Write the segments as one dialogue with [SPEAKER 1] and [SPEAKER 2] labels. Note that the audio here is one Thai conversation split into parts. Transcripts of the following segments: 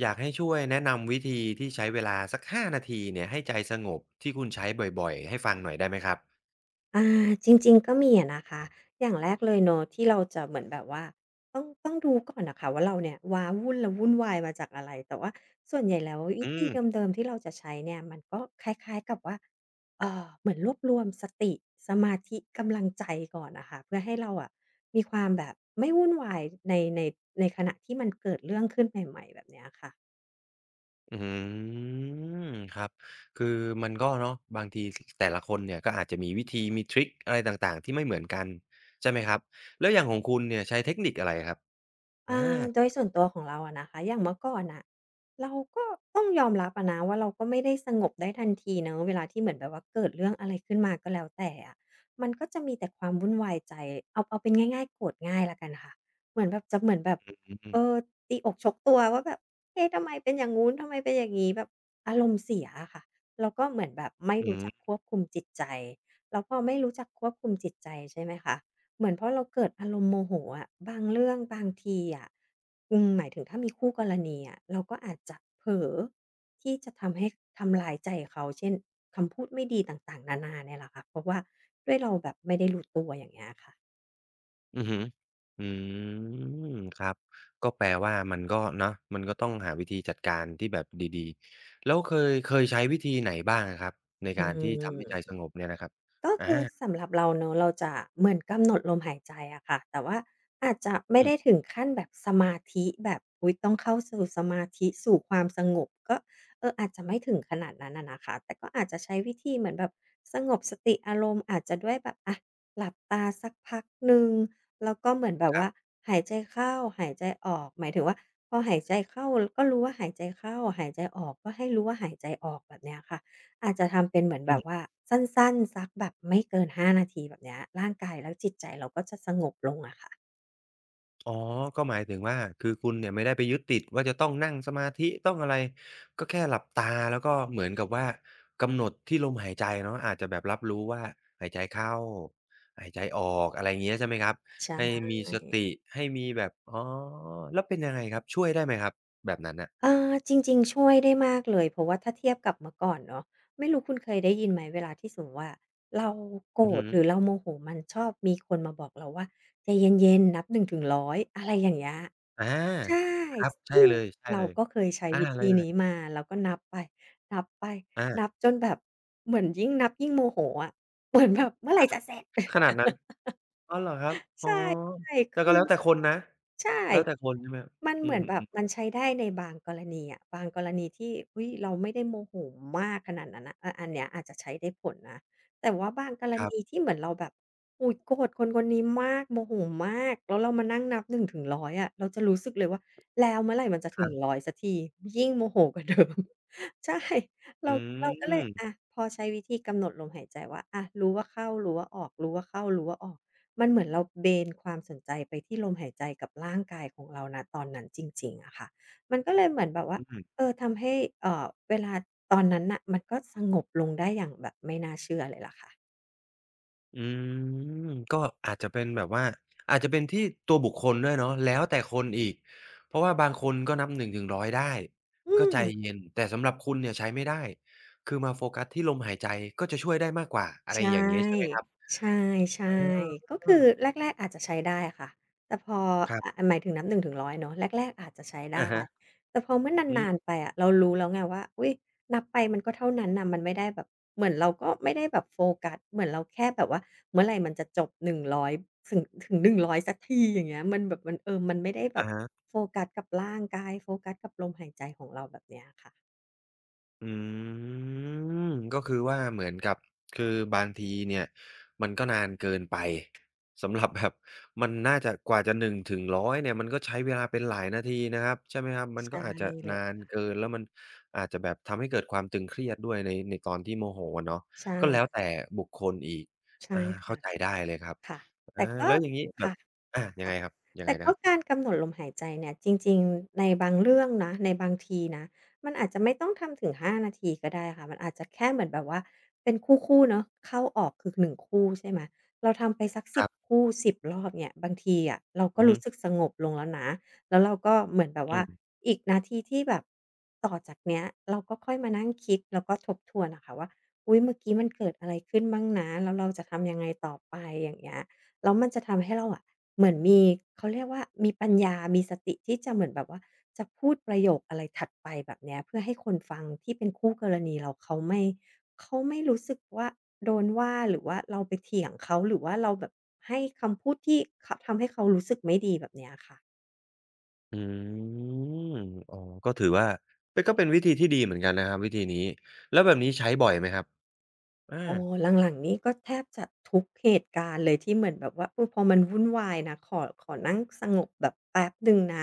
[SPEAKER 1] อยากให้ช่วยแนะนำวิธีที่ใช้เวลาสัก5นาทีเนี่ยให้ใจสงบที่คุณใช้บ่อยๆให้ฟังหน่อยได้ไหมครับ
[SPEAKER 2] อาจริงๆก็มีอะนะคะอย่างแรกเลยเนาะที่เราจะเหมือนแบบว่าต้องดูก่อนน่ะค่ะว่าเราเนี่ยว้าวุ่นแล้ววุ่นวายมาจากอะไรแต่ว่าส่วนใหญ่แล้ววิ
[SPEAKER 1] อื
[SPEAKER 2] ธี
[SPEAKER 1] ม
[SPEAKER 2] เดิมๆที่เราจะใช้เนี่ยมันก็คล้ายๆกับว่าเหมือนรวบรวมสติสมาธิกำลังใจก่อนน่ะค่ะเพื่อให้เราอะมีความแบบไม่วุ่นวายในในขณะที่มันเกิดเรื่องขึ้นใหม่ๆแบบเนี้ยค่ะ
[SPEAKER 1] อืมครับคือมันก็เนาะบางทีสแต่ละคนเนี่ยก็อาจจะมีวิธีมีทริกอะไรต่างๆที่ไม่เหมือนกันใช่ไหมครับแล้วอย่างของคุณเนี่ยใช้เทคนิคอะไรครับอา
[SPEAKER 2] โดยส่วนตัวของเราอะนะคะอย่างเมื่อก่อนน่ะเราก็ต้องยอมรับอะนะว่าเราก็ไม่ได้สงบได้ทันทีเนาะเวลาที่เหมือนแบบว่าเกิดเรื่องอะไรขึ้นมาก็แล้วแต่อะมันก็จะมีแต่ความวุ่นวายใจเอาเป็นง่ายๆโกรธง่ายแล้วกันค่ะเหมือนแบบจะเหมือนแบบ
[SPEAKER 1] อื
[SPEAKER 2] เออ
[SPEAKER 1] ม
[SPEAKER 2] ตีอกชกตัวว่าแบบเอ๊ะทำไมเป็นอย่างงู้นทำไมเป็นอย่างงี้แบบอารมณ์เสียอะค่ะแล้วก็เหมือนแบบไม่
[SPEAKER 1] อื
[SPEAKER 2] รู้จัก
[SPEAKER 1] ม
[SPEAKER 2] ควบคุมจิตใจแล้วพอไม่รู้จักควบคุมจิตใจใช่ไหมคะ เหมือนเพราะเราเกิดอารมณ์โมโหอะบางเรื่องบางทีอะอืมหมายถึงถ้ามีคู่กรณีอะเราก็อาจจะเผลอที่จะทำให้ทำรายใจเขาเช่นคำพูดไม่ดีต่างๆนานาเนี่ยแหละค่ะเพราะว่าด้วยเราแบบไม่ได้รู้ตัวอย่างเงี้ยค่ะ
[SPEAKER 1] อือฮึอืมครับก็แปลว่ามันก็เนาะมันก็ต้องหาวิธีจัดการที่แบบดีๆแล้วเคยใช้วิธีไหนบ้างอะครับใน
[SPEAKER 2] อื
[SPEAKER 1] การที่ทำให้ใจส
[SPEAKER 2] ม
[SPEAKER 1] งบเนี่ยนะครับ
[SPEAKER 2] ก็
[SPEAKER 1] อา
[SPEAKER 2] คือสำหรับเราเนอะเราจะเหมือนกำหนดลมหายใจอะค่ะแต่ว่าอาจจะไม่
[SPEAKER 1] อื
[SPEAKER 2] ได้
[SPEAKER 1] ม
[SPEAKER 2] ถึงขั้นแบบสมาธิแบบอุ๊ยต้องเข้าสู่สมาธิสู่ความสงบก็อาจจะไม่ถึงขนาดนั้นอะนะคะแต่ก็อาจจะใช้วิธีเหมือนแบบสงบสติอารมณ์อาจจะด้วยแบบอะหลับตาสักพักหนึ่งแล้วก็เหมือนแบบ
[SPEAKER 1] ครั
[SPEAKER 2] ว่า
[SPEAKER 1] บ
[SPEAKER 2] หายใจเข้าหายใจออกหมายถึงว่าพอหายใจเข้าก็รู้ว่าหายใจเข้าหายใจออกก็ให้รู้ว่าหายใจออกแบบเนี้ยค่ะ อาจจะทำเป็นเหมือนแบ
[SPEAKER 1] อื
[SPEAKER 2] บ
[SPEAKER 1] ม
[SPEAKER 2] ว่าสั้นๆสักแบบไม่เกิน5นาทีแบบเนี้ยร่างกายและจิตใจเราก็จะสงบลงอะค่ะ
[SPEAKER 1] อ๋อ ก็หมายถึงว่าคือคุณเนี่ยไม่ได้ไปยึดติดว่าจะต้องนั่งสมาธิต้องอะไร ก็แค่หลับตาแล้วก็เหมือนกับว่ากำหนดที่ลมหายใจเนาะอาจจะแบบรับรู้ว่าหายใจเข้าหายใจออกอะไรอย่างเงี้ยใช่ไหมครับ ให้
[SPEAKER 2] ใช่
[SPEAKER 1] มีสติให้มีแบบอ๋อแล้วเป็นยังไงครับ ช่วยได้ไหมครับ แบบนั้นน่ะ
[SPEAKER 2] เออจริงๆช่วยได้มากเลยเพราะว่าถ้าเทียบกับเมื่อก่อนเนาะไม่รู้คุณเคยได้ยินไหมเวลาที่สมมุติว่าเราโกร
[SPEAKER 1] อือ
[SPEAKER 2] ธ
[SPEAKER 1] ฮึ
[SPEAKER 2] หรือเราโมโหมันชอบมีคนมาบอกเราว่าใจเย็นๆนับ 1-100" อยอะไรอย่างเงี้ย
[SPEAKER 1] อา
[SPEAKER 2] ใช่
[SPEAKER 1] ครับใช่
[SPEAKER 2] ซึ่ง
[SPEAKER 1] เลย ใช่
[SPEAKER 2] เรา
[SPEAKER 1] เลย
[SPEAKER 2] ก็เคยใช้
[SPEAKER 1] อา
[SPEAKER 2] วิ
[SPEAKER 1] อะไร
[SPEAKER 2] ธี
[SPEAKER 1] เอ่
[SPEAKER 2] นี้
[SPEAKER 1] ย
[SPEAKER 2] มาเราก็นับไปนับ
[SPEAKER 1] อา
[SPEAKER 2] จนแบบเหมือนยิ่งนับยิ่งโมโหอะเหมือนแบบเมื่อไรจะเสร็จ
[SPEAKER 1] ขนาดนั้น อ๋อเหรอครับอ๋อ
[SPEAKER 2] ใช่ๆ
[SPEAKER 1] แต่
[SPEAKER 2] คื
[SPEAKER 1] ก็
[SPEAKER 2] อ
[SPEAKER 1] แล้วแต่คนนะ
[SPEAKER 2] ใช่
[SPEAKER 1] แล้วแต่คนใช่ไหม
[SPEAKER 2] มัน
[SPEAKER 1] อื
[SPEAKER 2] เหมื
[SPEAKER 1] ม
[SPEAKER 2] อนแบบมัน
[SPEAKER 1] ๆ
[SPEAKER 2] ใช้ได้ในบางกรณีอะบางกรณีที่อุ๊ยเราไม่ได้โมโหมากขนาดนั้นน่ะอาอันเนี้ยอาจจะใช้ได้ผลนะแต่ว่าบางกร
[SPEAKER 1] ๆครับ
[SPEAKER 2] ณีที่เหมือนเราแบบอุ๊ยโกรธคนคนนี้มากโมโหมากแล้วเรามานั่งนับ1-100อยอะเราจะรู้สึกเลยว่าแล้วเมื่อไหร่มันจะ
[SPEAKER 1] ค
[SPEAKER 2] ถึง
[SPEAKER 1] รับ
[SPEAKER 2] 100สักทียิ่งโมโหกว่าเดิม ใช่
[SPEAKER 1] อื
[SPEAKER 2] เรา
[SPEAKER 1] ม
[SPEAKER 2] เราก็
[SPEAKER 1] อื
[SPEAKER 2] เลยอาพอใช้วิธีกำหนดลมหายใจว่าอารู้ว่าเข้ารู้ว่าออกรู้ว่าเข้ารู้ว่าออก มันเหมือนเราเบนความสนใจไปที่ลมหายใจกับร่างกายของเราณตอนนั้นจริงๆอะค่ะ มันก็เลยเหมือนแบบว่า
[SPEAKER 1] ม
[SPEAKER 2] ทำให้เอ่อเวลาตอนนั้นน่ะมันก็สงบลงได้อย่างแบบไม่น่าเชื่อเลยล่ะค่ะ
[SPEAKER 1] อืมก็อาจจะเป็นแบบว่าอาจจะเป็นที่ตัวบุคคลด้วยเนาะแล้วแต่คนอีกเพราะว่าบางคนก็นับ1-100ได้
[SPEAKER 2] อื
[SPEAKER 1] ก็ใจ
[SPEAKER 2] ม
[SPEAKER 1] เย็นแต่สำหรับคุณเนี่ยใช้ไม่ได้คือมาโฟกัสที่ลมหายใจก็จะช่วยได้มากกว่าอะ
[SPEAKER 2] ใช
[SPEAKER 1] ไรอย่างเงี้ยใช่ไหมค
[SPEAKER 2] ่
[SPEAKER 1] รับ
[SPEAKER 2] ใช่ใช่ก็
[SPEAKER 1] เอ
[SPEAKER 2] คือ
[SPEAKER 1] อ
[SPEAKER 2] แรกๆอาจจะใช้ได้ค่ะแต่พอ
[SPEAKER 1] ๆครับ
[SPEAKER 2] หมายถึงนับหนึ่งถึงร้อยเนาะแรกๆอาจจะใช้ได้
[SPEAKER 1] อะฮะ
[SPEAKER 2] แต่พอเมื่อ
[SPEAKER 1] อื
[SPEAKER 2] นานๆ
[SPEAKER 1] ม
[SPEAKER 2] ไปอะเรารู้แล้วไงว่าอุ๊ยนับไปมันก็เท่านั้นน่ะมันไม่ได้แบบเหมือนเราก็ไม่ได้แบบโฟกัสเหมือนเราแค่แบบว่าเมื่อไหรมันจะจบหนึ่งร้อยถึงหนึ่งร้อยสักทีอย่างเงี้ยมันแบบมันอมันไม่ได้แบ
[SPEAKER 1] อะ
[SPEAKER 2] บ
[SPEAKER 1] ฮะ
[SPEAKER 2] โฟกัสกับร่างกายโฟกัสกับลมหายใจของเราแบบเนี้ยค่ะ
[SPEAKER 1] อืมก็คือว่าเหมือนกับคือบางทีเนี่ยมันก็นานเกินไปสำหรับแบบ มันน่าจะกว่าจะหนึ่งถึง100เนี่ยมันก็ใช้เวลาเป็นหลายนาทีนะครับใช่ไหมครับมันก็
[SPEAKER 2] ใช่
[SPEAKER 1] อาจ
[SPEAKER 2] เ
[SPEAKER 1] จะ
[SPEAKER 2] ลย
[SPEAKER 1] นา
[SPEAKER 2] อะ
[SPEAKER 1] น
[SPEAKER 2] ค่ะ
[SPEAKER 1] เกินแล้วมันอาจจะแบบทำให้เกิดความตึงเครียดด้วยในตอนที่โมโหอะเนาะ
[SPEAKER 2] ใช
[SPEAKER 1] ก็แล้วแต่
[SPEAKER 2] ่
[SPEAKER 1] บุคคลอีกอา
[SPEAKER 2] ใช่
[SPEAKER 1] เข้า
[SPEAKER 2] ค่ะ
[SPEAKER 1] ใจได้เลยครับ
[SPEAKER 2] ค่ะ
[SPEAKER 1] อา
[SPEAKER 2] แต่ก็
[SPEAKER 1] แล้วอย่างงี้แบบ
[SPEAKER 2] ค่ะ
[SPEAKER 1] อายัง
[SPEAKER 2] ค่ะ
[SPEAKER 1] ไงครับยัง
[SPEAKER 2] แต่
[SPEAKER 1] ไงนะ
[SPEAKER 2] ก็
[SPEAKER 1] ครั
[SPEAKER 2] กา
[SPEAKER 1] บ
[SPEAKER 2] รกำหนดลมหายใจเนี่ยจริงๆในบางเรื่องนะในบางทีนะมันอาจจะไม่ต้องทำถึง5นาทีก็ได้ค่ะมันอาจจะแค่เหมือนแบบว่าเป็นคู่ๆเนาะเข้าออกคือ1คู่ใช่ไหมเราทำไปสัก
[SPEAKER 1] ค
[SPEAKER 2] 10
[SPEAKER 1] รับ
[SPEAKER 2] คู่10รอบเนี่ยบางทีอะเราก็
[SPEAKER 1] อือฮึ
[SPEAKER 2] รู้สึกสงบลงแล้วนะแล้วเราก็เหมือนแบบว่า
[SPEAKER 1] อืม
[SPEAKER 2] อีกนาทีที่แบบต่อจากเนี้ยเราก็ค่อยมานั่งคิดแล้วก็ทบทวนอะค่ะว่าอุ๊ยเมื่อกี้มันเกิดอะไรขึ้นบ้างนะแล้วเราจะทำยังไงต่อไปอย่างเงี้ย แล้วมันจะทำให้เราอะเหมือนมีเขาเรียกว่ามีปัญญามีสติที่จะเหมือนแบบว่าจะพูดประโยคอะไรถัดไปแบบเนี้ยเพื่อให้คนฟังที่เป็นคู่กรณีเราเขาไม่รู้สึกว่าโดนว่าหรือว่าเราไปเถียงเขาหรือว่าเราแบบให้คำพูดที่ขทำให้เขารู้สึกไม่ดีแบบเนี้ยค่ะ
[SPEAKER 1] อืม อ๋อ ก็ถือว่าเฮ้ยก็เป็นวิธีที่ดีเหมือนกันนะครับวิธีนี้แล้วแบบนี้ใช้บ่อยไหมครับอา
[SPEAKER 2] อ๋อหลังๆนี้ก็แทบจะทุกเหตุการณ์เลยที่เหมือนแบบว่าเออพอมันวุ่นวายนะขอนั่งสงบแบบแป๊บหนึ่งนะ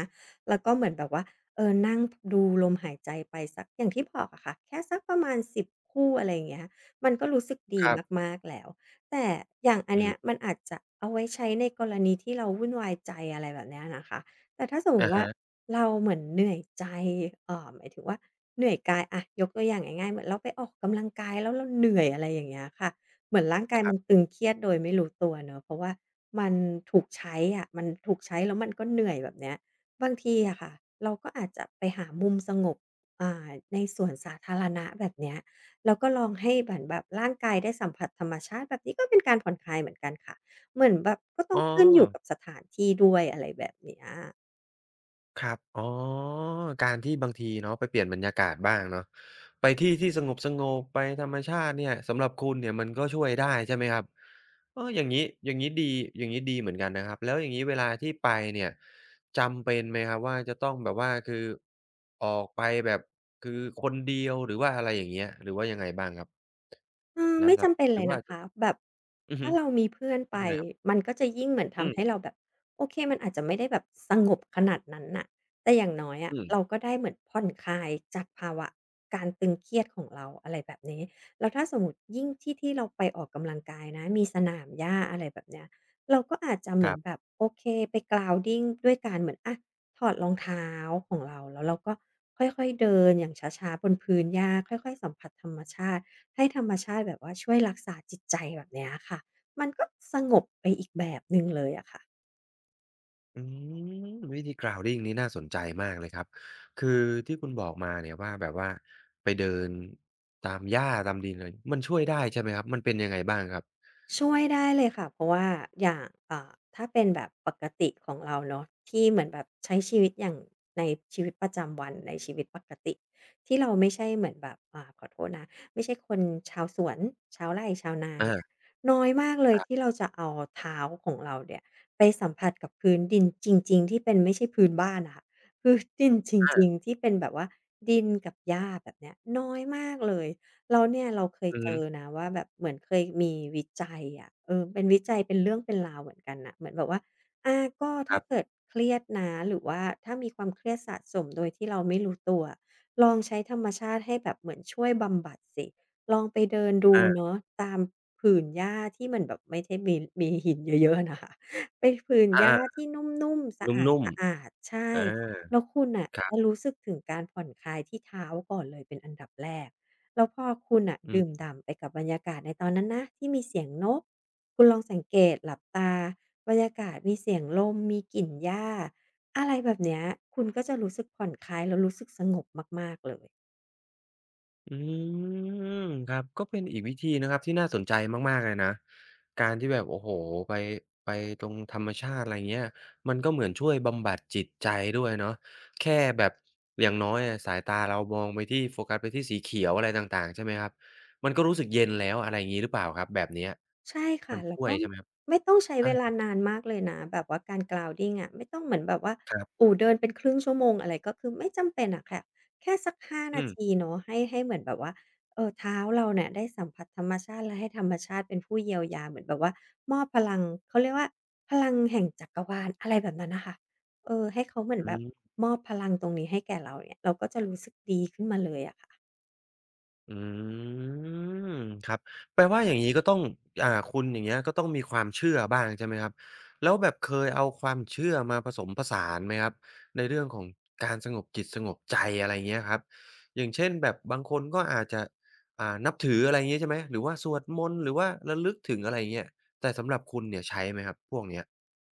[SPEAKER 2] แล้วก็เหมือนแบบว่าเออนั่งดูลมหายใจไปสักอย่างที่บอกอะค่ะแค่สักประมาณ10คู่อะไรอย่างเงี้ยมันก็รู้สึกดี
[SPEAKER 1] ครับ
[SPEAKER 2] มากๆแล้วแต่อย่างอัน
[SPEAKER 1] อื
[SPEAKER 2] เนี้ย
[SPEAKER 1] ม
[SPEAKER 2] มันอาจจะเอาไว้ใช้ในกรณีที่เราวุ่นวายใจอะไรแบบเนี้ยนะคะ แต่ถ้าสมมุ
[SPEAKER 1] อะ
[SPEAKER 2] ติว่า
[SPEAKER 1] ฮะ
[SPEAKER 2] เราเหมือนเหนื่อยใจหมายถึงว่าเหนื่อยกายอะยกตัวอย่างง่ายๆเหมือนเราไปออกกำลังกายแล้วเราเหนื่อยอะไรอย่างเงี้ยค่ะเหมือนร่างกาย
[SPEAKER 1] ค
[SPEAKER 2] มั
[SPEAKER 1] รั
[SPEAKER 2] น
[SPEAKER 1] บ
[SPEAKER 2] ตึงเครียดโดยไม่รู้ตัวเนาะเพราะว่ามันมันถูกใช้แล้วมันก็เหนื่อยแบบเนี้ยบางทีอะค่ะเราก็อาจจะไปหามุมสงบอ่าในสวนสาธารณะแบบเนี้ยแล้วก็ลองให้เหมือนแบบร่างกายได้สัมผัสธรรมชาติแบบนี้ก็เป็นการผ่อนคลายเหมือนกันค่ะเหมือนแบบก็ต้อ
[SPEAKER 1] อ๋อ
[SPEAKER 2] งขึ้นอยู่กับสถานที่ด้วยอะไรแบบเนี้ย
[SPEAKER 1] ครับอ๋อการที่บางทีเนาะไปเปลี่ยนบรรยากาศบ้างเนาะไปที่ที่สงบๆไปธรรมชาติเนี่ยสำหรับคุณเนี่ยมันก็ช่วยได้ใช่ไหมครับเอออย่างงี้อย่างงี้ดีอย่างงี้ดีเหมือนกันนะครับแล้วอย่างงี้เวลาที่ไปเนี่ยจำเป็นไหมครับว่าจะต้องแบบว่าคือออกไปแบบคือคนเดียวหรือว่าอะไรอย่างเงี้ยหรือว่ายังไงบ้างครับ
[SPEAKER 2] เออ
[SPEAKER 1] น่า
[SPEAKER 2] ไม่
[SPEAKER 1] จะ
[SPEAKER 2] จำเป็น
[SPEAKER 1] หรื
[SPEAKER 2] เล
[SPEAKER 1] อ
[SPEAKER 2] ย
[SPEAKER 1] ว่า
[SPEAKER 2] นะ
[SPEAKER 1] จะ
[SPEAKER 2] คะแบบ
[SPEAKER 1] อือฮึ
[SPEAKER 2] ถ้าเรามีเพื่อนไป
[SPEAKER 1] ยังไงครับ
[SPEAKER 2] มันก็จะยิ่งเหมือน
[SPEAKER 1] อื
[SPEAKER 2] ทำให้เราแบบโอเคมันอาจจะไม่ได้แบบสงบขนาดนั้นน่ะแต่อย่างน้อย
[SPEAKER 1] ม
[SPEAKER 2] อะเรา
[SPEAKER 1] ๆ
[SPEAKER 2] ก็ได้เหมือนผ่อนคลายจากภาวะการตึงเครียดของเราอะไรแบบนี้แล้วถ้าสมมุติยิ่งที่ที่เราไปออกกำลังกายนะมีสนามหญ้าอะไรแบบเนี้ยเราก็อาจจะเห
[SPEAKER 1] ค
[SPEAKER 2] มือ
[SPEAKER 1] รั
[SPEAKER 2] นแบ
[SPEAKER 1] บ
[SPEAKER 2] บโอเคไป grounding ด้วยการเหมือนอะ ถอดรองเท้าของเราแล้วเราก็ค่อยๆเดินอย่างช้าๆบนพื้นหญ้าค่อยๆสัมผัสธรรมชาติให้ธรรมชาติแบบว่าช่วยรักษาจิตใจแบบเนี้ยค่ะมันก็สงบไปอีกแบบหนึ่งเลยอะค่ะ
[SPEAKER 1] อืมวิธี grounding นี่น่าสนใจมากเลยครับ คือที่คุณบอกมาเนี่ยว่าแบบว่าไปเดินตามหญ้าตามดินเลย มันช่วยได้ใช่ไหมครับ มันเป็นยังไงบ้างครับ
[SPEAKER 2] ช่วยได้เลยค่ะเพราะว่าอย่างถ้าเป็นแบบปกติของเราเนาะที่เหมือนแบบใช้ชีวิตอย่างในชีวิตประจำวันในชีวิตปกติที่เราไม่ใช่เหมือนแบบขอโทษนะไม่ใช่คนชาวสวนชาวไร่ชาวนาอ
[SPEAKER 1] อา
[SPEAKER 2] ย่างเงี้ยน้อยมากเลย
[SPEAKER 1] ครั
[SPEAKER 2] ที่
[SPEAKER 1] บ
[SPEAKER 2] เราจะเอาเท้าของเราเนี่ยไปสัมผัสกับพื้นดินจริงๆที่เป็นไม่ใช่พื้นบ้านอะค่ะ พื้นดินจริง
[SPEAKER 1] อา
[SPEAKER 2] ๆที่เป็นแบบว่าดินกับหญ้าแบบเนี้ยน้อยมากเลย แล้วเนี่ยเราเคย
[SPEAKER 1] อือ
[SPEAKER 2] เจ
[SPEAKER 1] ฮึ
[SPEAKER 2] อนะว่าแบบเหมือนเคยมีวิจัยอะเออเป็นวิจัยเป็นเรื่องเป็นราวเหมือนกันน่ะเหมือนแบบว่าอาก็
[SPEAKER 1] ค
[SPEAKER 2] ถ้า
[SPEAKER 1] รั
[SPEAKER 2] เกิ
[SPEAKER 1] บ
[SPEAKER 2] ดเครียดนะหรือว่าถ้ามีความเครียดสะสมโดยที่เราไม่รู้ตัวลองใช้ธรรมชาติให้แบบเหมือนช่วยบำบัดสิลองไปเดินดู
[SPEAKER 1] อา
[SPEAKER 2] เนาะตามผืนหญ้าที่มันแบบไม่ใช่มีหินเยอะๆอะนะคะเป็นผืน
[SPEAKER 1] อา
[SPEAKER 2] หญ้าที่นุ่มๆสะอ
[SPEAKER 1] ๆนุ่ม
[SPEAKER 2] าดๆใช่
[SPEAKER 1] ๆอา
[SPEAKER 2] แล้วคุณน่ะ
[SPEAKER 1] ครับ
[SPEAKER 2] จะรู้สึกถึงการผ่อนคลายที่เท้าก่อนเลยเป็นอันดับแรก แล้วพอคุณน่ะ
[SPEAKER 1] อื
[SPEAKER 2] ดื่ม
[SPEAKER 1] ม
[SPEAKER 2] ด่ำไปกับบรรยากาศในตอนนั้นนะที่มีเสียงนกคุณลองสังเกตหลับตาบรรยากาศมีเสียงลมมีกลิ่นหญ้าอะไรแบบเนี้ยคุณก็จะรู้สึกผ่อนคลายแล้วรู้สึกสงบมากๆเลย
[SPEAKER 1] อืมครับก็เป็นอีกวิธีนะครับที่น่าสนใจมากๆเลยนะการที่แบบโอ้โฮไปไปตรงธรรมชาติอะไรเงี้ยมันก็เหมือนช่วยบำบัดจิตใจด้วยเนาะแค่แบบอย่างน้อยอะสายตาเรามองไปที่โฟกัสไปที่สีเขียวอะไรต่างๆใช่ไหมครับมันก็รู้สึกเย็นแล้วอะไรงี้หรือเปล่าครับแบบเนี้ย
[SPEAKER 2] ใช่
[SPEAKER 1] มั
[SPEAKER 2] ค่ะ
[SPEAKER 1] น
[SPEAKER 2] แล้ว
[SPEAKER 1] ช่วย
[SPEAKER 2] ก็
[SPEAKER 1] ใช่ไหมครับ
[SPEAKER 2] ไม่ต้องใช้
[SPEAKER 1] อา
[SPEAKER 2] เวลานานมากเลยนะแบบว่าการ grounding อะไม่ต้องเหมือนแบบว่า
[SPEAKER 1] ค
[SPEAKER 2] โอ้
[SPEAKER 1] รับ
[SPEAKER 2] เดินเป็นครึ่งชั่วโมงอะไรก็คือไม่จำเป็นอะค่ะแค่สักห้านา
[SPEAKER 1] อืม
[SPEAKER 2] ทีเนาะให้เหมือนแบบว่าเท้าเราเนี่ยได้สัมผัสธรรมชาติและให้ธรรมชาติเป็นผู้เยียวยาเหมือนแบบว่ามอบพลังเขาเรียกว่าพลังแห่งจักรวาลอะไรแบบนั้นน่ะค่ะเออให้เขาเหมือน
[SPEAKER 1] อื
[SPEAKER 2] แบบ
[SPEAKER 1] ม
[SPEAKER 2] มอบพลังตรงนี้ให้แก่เราอย่างเงี้ยเราก็จะรู้สึกดีขึ้นมาเลยอะค่ะ
[SPEAKER 1] อืมครับแปลว่าอย่างนี้ก็ต้องอ่าคุณอย่างเงี้ยก็ต้องมีความเชื่อบ้างใช่ไหมครับแล้วแบบเคยเอาความเชื่อมาผสมผสานไหมครับในเรื่องของการสงบจิตสงบใจอะไรเงี้ยครับอย่างเช่นแบบบางคนก็อาจจะอ่านับถืออะไรงี้ใช่ไหมหรือว่าสวดมนต์หรือว่าระลึกถึงอะไรเงี้ยแต่สำหรับคุณเนี่ยใช้ไหมครับพวกเนี้ย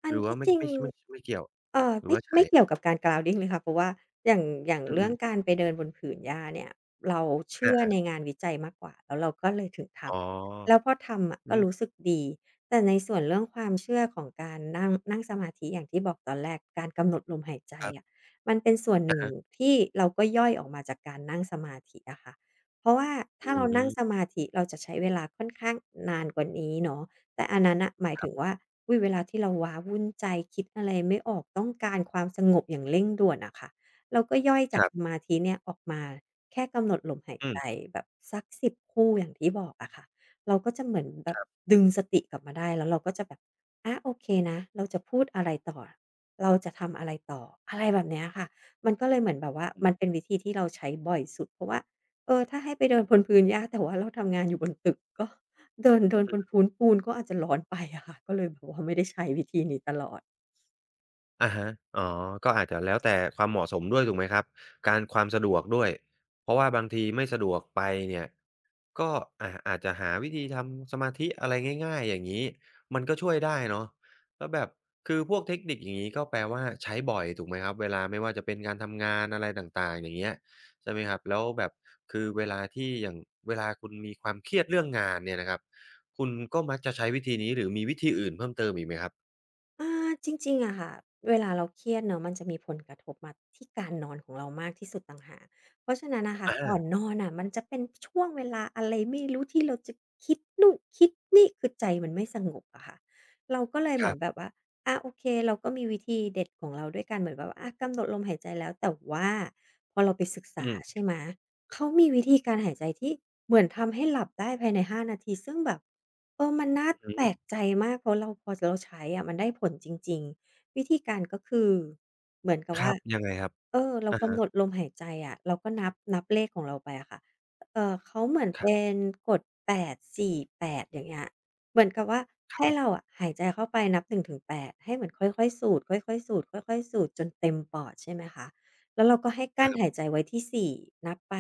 [SPEAKER 2] อั
[SPEAKER 1] ห
[SPEAKER 2] น
[SPEAKER 1] รือว่า
[SPEAKER 2] ที่
[SPEAKER 1] ไม่
[SPEAKER 2] จริง
[SPEAKER 1] ไม่ไม่ไม่เกี่ยวหรือ
[SPEAKER 2] ไม่
[SPEAKER 1] ว่าใช้
[SPEAKER 2] ไม่เกี่ยวกับการ grounding เลยค่ะเพราะว่าอย่างอย่างเรื่อง
[SPEAKER 1] อืม
[SPEAKER 2] การไปเดินบนผืนหญ้าเนี่ยเรา
[SPEAKER 1] ๆอ
[SPEAKER 2] เชื่อ
[SPEAKER 1] า
[SPEAKER 2] ใน
[SPEAKER 1] ๆ
[SPEAKER 2] งานวิจัยมากกว่าแล้วเราก็เลยถึงท
[SPEAKER 1] อ๋อ
[SPEAKER 2] ำแล้วพอทำอะ
[SPEAKER 1] อื
[SPEAKER 2] ก็รู้
[SPEAKER 1] ม
[SPEAKER 2] สึกดีแต่ในส่วนเรื่องความเชื่อของการนั่งนั่งสมาธิอย่างที่บอกตอนแรกการกำหนดลมหายใจ
[SPEAKER 1] ครั
[SPEAKER 2] อะ
[SPEAKER 1] บ
[SPEAKER 2] มันเป็นส่วนห
[SPEAKER 1] อะ
[SPEAKER 2] นึ่ง
[SPEAKER 1] ฮะ
[SPEAKER 2] ที่เราก็ย่อยออกมาจากการนั่งสมาธิอะค่ะเพราะว่าถ้า
[SPEAKER 1] อื
[SPEAKER 2] เรานั่งส
[SPEAKER 1] ม
[SPEAKER 2] มาธิเราจะใช้เวลาค่อนข้างนานกว่านี้เนาะ แต่อันนั้นน่ะหมาย
[SPEAKER 1] ครั
[SPEAKER 2] ถึง
[SPEAKER 1] บ
[SPEAKER 2] ว่าอุ๊ยเวลาที่เราว้าวุ่นใจคิดอะไรไม่ออกต้องการความสงบอย่างเร่งด่วนอะค่ะเราก็ย่อยจากสมาธิเนี่ยออกมาแค่กำหนดลมหาย
[SPEAKER 1] ๆอื
[SPEAKER 2] ใจ
[SPEAKER 1] ม
[SPEAKER 2] แบบสักสิบคู่อย่างที่บอกอะค่ะเราก็จะเหมือนแบ
[SPEAKER 1] ค
[SPEAKER 2] บ
[SPEAKER 1] รับ
[SPEAKER 2] ดึงสติกลับมาได้แล้วเราก็จะแบบอาโอเคนะเราจะพูดอะไรต่อเราจะทำอะไรต่ออะไรแบบเนี้ยค่ะมันก็เลยเหมือนแบบว่า
[SPEAKER 1] อื
[SPEAKER 2] มันเป็น
[SPEAKER 1] ม
[SPEAKER 2] วิธีที่เราใช้บ่อยสุดเพราะว่าเออถ้าให้ไปเดินบนพื้นหญ้าแต่ว่าเราทำงานอยู่บนตึกก็ เดินเดินบนพื้นปูนก็อาจจะร้อนไปอะค่ะก็เลยแบบว่าไม่ได้ใช้วิธีนี้ตลอด
[SPEAKER 1] อะฮะอ๋อก็อาจจะแล้วแต่ความเหมาะสมด้วยถูกไหมครับการความสะดวกด้วยเพราะว่าบางทีไม่สะดวกไปเนี่ยก็อาจจะหาวิธีทำสมาธิอะไรง่ายๆอย่างงี้มันก็ช่วยได้เนาะแล้วแบบคือพวกเทคนิคอย่างงี้ก็แปลว่าใช้บ่อยถูกไหมครับเวลาไม่ว่าจะเป็นการทำงานอะไรต่างๆอย่างเงี้ยใช่ไหมครับแล้วแบบคือเวลาที่อย่างเวลาคุณมีความเครียดเรื่องงานเนี่ยนะครับคุณก็มักจะใช้วิธีนี้หรือมีวิธีอื่นเพิ่มเติมอีกไหมครับ
[SPEAKER 2] อาจริงๆอะค่ะเวลาเราเครียดเนาะมันจะมีผลกระทบมาที่การนอนของเรามากที่สุดต่างหากเพราะฉะนั้นน่ะค่ะก่อน
[SPEAKER 1] อา
[SPEAKER 2] นอนน่ะมันจะเป็นช่วงเวลาอะไรไม่รู้ที่เราจะคิดนู่นคิดนี่คือใจมันไม่สงบอะค่ะเราก็เลยเห
[SPEAKER 1] ค
[SPEAKER 2] มื
[SPEAKER 1] รั
[SPEAKER 2] อนแบ
[SPEAKER 1] บ
[SPEAKER 2] บว่าอาโอเคเราก็มีวิธีเด็ดของเราด้วยการเหมือนแบบว่าอากำหนดลมหายใจแล้วแต่ว่าพอเราไปศึก
[SPEAKER 1] อื
[SPEAKER 2] ษา
[SPEAKER 1] ม
[SPEAKER 2] ใช่ไหมเขามีวิธีการหายใจที่ เหมือนทำให้หลับได้ภายใน5นาทีซึ่งแบบเออมันน่า
[SPEAKER 1] อือฮึ
[SPEAKER 2] แปลกใจมากเพราะเราพอเราใช้อะมันได้ผลจริงๆวิธีการก็คือเหมือนกับ
[SPEAKER 1] ครั
[SPEAKER 2] ว่า
[SPEAKER 1] บยังไงครับ
[SPEAKER 2] เออเรา
[SPEAKER 1] อะ
[SPEAKER 2] กำ
[SPEAKER 1] ฮะ
[SPEAKER 2] หนดลมหายใจอะเราก็นับนับเลขของเราไปอะค่ะเขาเหมือน
[SPEAKER 1] ครั
[SPEAKER 2] เป็
[SPEAKER 1] บ
[SPEAKER 2] นกด8 4 8อย่างเงี้ยเหมือนกับว่า
[SPEAKER 1] ค
[SPEAKER 2] ให้
[SPEAKER 1] รั
[SPEAKER 2] เรา
[SPEAKER 1] บ
[SPEAKER 2] อะหายใจเข้าไปนับหนึ่งถึงแปดให้เหมือนค่อยๆสูดค่อยๆสูดค่อยๆสูดจนเต็มปอดใช่ไหมคะ แล้วเราก็ให้ก
[SPEAKER 1] ค
[SPEAKER 2] ลั้น
[SPEAKER 1] รั
[SPEAKER 2] หาย
[SPEAKER 1] บ
[SPEAKER 2] ใจไว้ที่4นับไป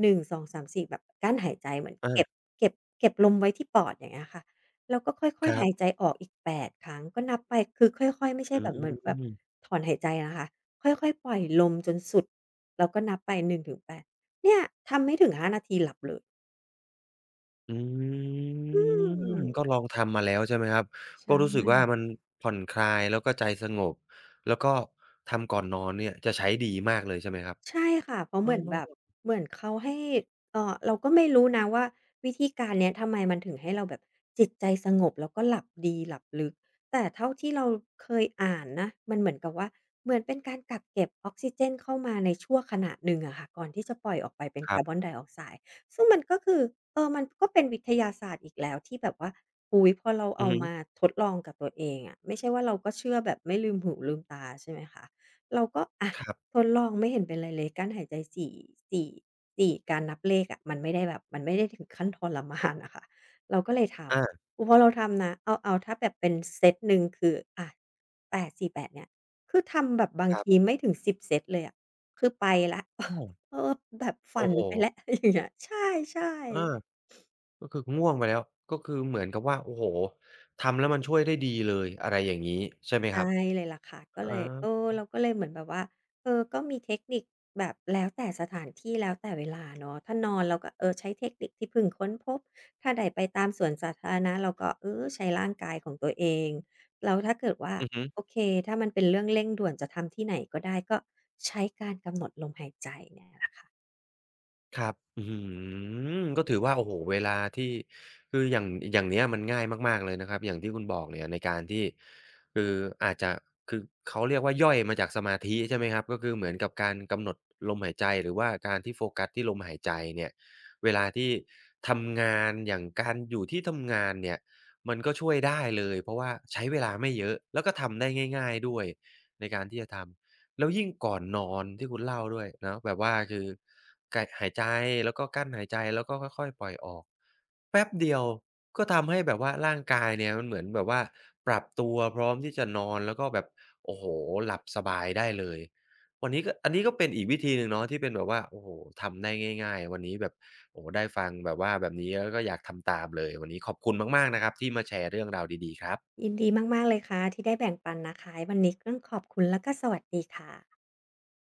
[SPEAKER 2] 1 2 3 4แบบกลั้นหายใจเหมือน
[SPEAKER 1] อา
[SPEAKER 2] เก็บเก็บเก็บลมไว้ที่ปอดอย่างเงี้ยค่ะแล้วก็ค่อ
[SPEAKER 1] ค
[SPEAKER 2] ยๆ
[SPEAKER 1] รับ
[SPEAKER 2] หายใจออกอีกแปดครั้งก็นับไปคือค่อยๆไม่ใช่
[SPEAKER 1] อื
[SPEAKER 2] แบบเหมือนแบบ
[SPEAKER 1] ม
[SPEAKER 2] ถอนหายใจนะคะค่อยๆปล่อยลมจนสุดแล้วก็นับไปหนึ่งถึงแปดเนี่ยทำไม่ถึงห้านาทีหลับเลย
[SPEAKER 1] อืม
[SPEAKER 2] อืม
[SPEAKER 1] ก็ลองทำมาแล้วใช่ไหมครับ
[SPEAKER 2] ใช่
[SPEAKER 1] ก็รู้สึกว่ามันผ่อนคลายแล้วก็ใจสงบแล้วก็ทำก่อนนอนเนี่ยจะใช้ดีมากเลยใช่ไหมครับ
[SPEAKER 2] ใช่ค่ะเพราะ
[SPEAKER 1] อ๋
[SPEAKER 2] เห
[SPEAKER 1] อ
[SPEAKER 2] มือนแบบเหมือนเขาให้เราก็ไม่รู้นะว่าวิธีการเนี้ยทำไมมันถึงให้เราแบบจิตใจสงบแล้วก็หลับดีหลับลึกแต่เท่าที่เราเคยอ่านนะมันเหมือนกับว่าเหมือนเป็นการกักเก็บออกซิเจนเข้ามาในชั่วขณะหนึ่งอะค่ะก่อนที่จะปล่อยออกไปเป็น
[SPEAKER 1] ครั
[SPEAKER 2] คา
[SPEAKER 1] บ
[SPEAKER 2] ร์บอนไดออกไซด์ซึ่งมันก็คือเออมันก็เป็นวิทยาศาสตร์อีกแล้วที่แบบว่าอุ๊ยพอเรา
[SPEAKER 1] อื
[SPEAKER 2] เอา
[SPEAKER 1] อฮึ
[SPEAKER 2] มาทดลองกับตัวเองอะไม่ใช่ว่าเราก็เชื่อแบบไม่ลืมหูลืมตาใช่ไหมคะเราก็อะ
[SPEAKER 1] ครับ
[SPEAKER 2] ทดลองไม่เห็นเป็นไรเลยกั้นหายใจสี่สี่สี่การนับเลขอะมันไม่ได้แบบมันไม่ได้ถึงขั้นทรมานอะค่ะเราก็เลยท
[SPEAKER 1] อา
[SPEAKER 2] ำอือพอเราทำนะเอาเอาถ้าแบบเป็นเซตหนึ่งคืออะ8 4 8เนี่ยคือทำแบบบาง
[SPEAKER 1] ครั
[SPEAKER 2] ที
[SPEAKER 1] บ
[SPEAKER 2] ไม่ถึง10เซตเลยอะคือไปแล้ว
[SPEAKER 1] อ้อ
[SPEAKER 2] เออแบบฝั
[SPEAKER 1] โอ้
[SPEAKER 2] น
[SPEAKER 1] โฮ
[SPEAKER 2] ไปแล้ว อย่างเงี้ยใช่
[SPEAKER 1] อา
[SPEAKER 2] ๆ
[SPEAKER 1] ก็คือง่วงไปแล้วก็คือเหมือนกับว่าโอ้โฮทำแล้วมันช่วยได้ดีเลยอะไรอย่างงี้ใช่ไหมครั
[SPEAKER 2] ใช่
[SPEAKER 1] บ
[SPEAKER 2] เลยล่ะค่ะก็
[SPEAKER 1] อา
[SPEAKER 2] เลยเออเราก็เลยเหมือนแบบว่าเออก็มีเทคนิคแบบแล้วแต่สถานที่แล้วแต่เวลาเนาะถ้านอนเราก็เออใช้เทคนิคที่เพิ่งค้นพบถ้าได้ไปตามสวนสาธารณะเราก็เออใช้ร่างกายของตัวเองแล้วถ้าเกิดว่า
[SPEAKER 1] อือฮึ
[SPEAKER 2] โอเคถ้ามันเป็นเรื่องเร่งด่วนจะทำที่ไหนก็ได้ก็ใช้การกำหนดลมหายใจเนี่ยแหละค่ะ
[SPEAKER 1] ครับอื้อฮือก็ถือว่าโอ้โฮเวลาที่คืออย่างอย่างเนี้ยมันง่ายมากๆเลยนะครับอย่างที่คุณบอกเนี่ยในการที่คืออาจจะคือเขาเรียกว่าย่อยมาจากสมาธิใช่ไหมครับก็คือเหมือนกับการกำหนดลมหายใจหรือว่าการที่โฟกัสที่ลมหายใจเนี่ยเวลาที่ทำงานอย่างการอยู่ที่ทำงานเนี่ยมันก็ช่วยได้เลยเพราะว่าใช้เวลาไม่เยอะแล้วก็ทำได้ง่ายๆด้วยในการที่จะทำ แล้วยิ่งก่อนนอนที่คุณเล่าด้วยเนาะแบบว่าคือไกหายใจแล้วก็กลั้นหายใจแล้วก็ค่อยๆปล่อยออกแป๊บเดียวก็ทำให้แบบว่าร่างกายเนี่ยมันเหมือนแบบว่าปรับตัวพร้อมที่จะนอนแล้วก็แบบโอ้โฮหลับสบายได้เลยวันนี้ก็อันนี้ก็เป็นอีกวิธีหนึ่งเนาะที่เป็นแบบว่าโอ้โฮทำได้ง่ายๆวันนี้แบบโอ้โฮได้ฟังแบบว่าแบบนี้แล้วก็อยากทำตามเลยวันนี้ขอบคุณมากๆนะครับที่มาแชร์เรื่องราวดีๆครับ
[SPEAKER 2] ยินดีมากๆเลยค่ะที่ได้แบ่งปันนะคะวันนี้ต้องขอบคุณแล้วก็สวัสดีค่ะ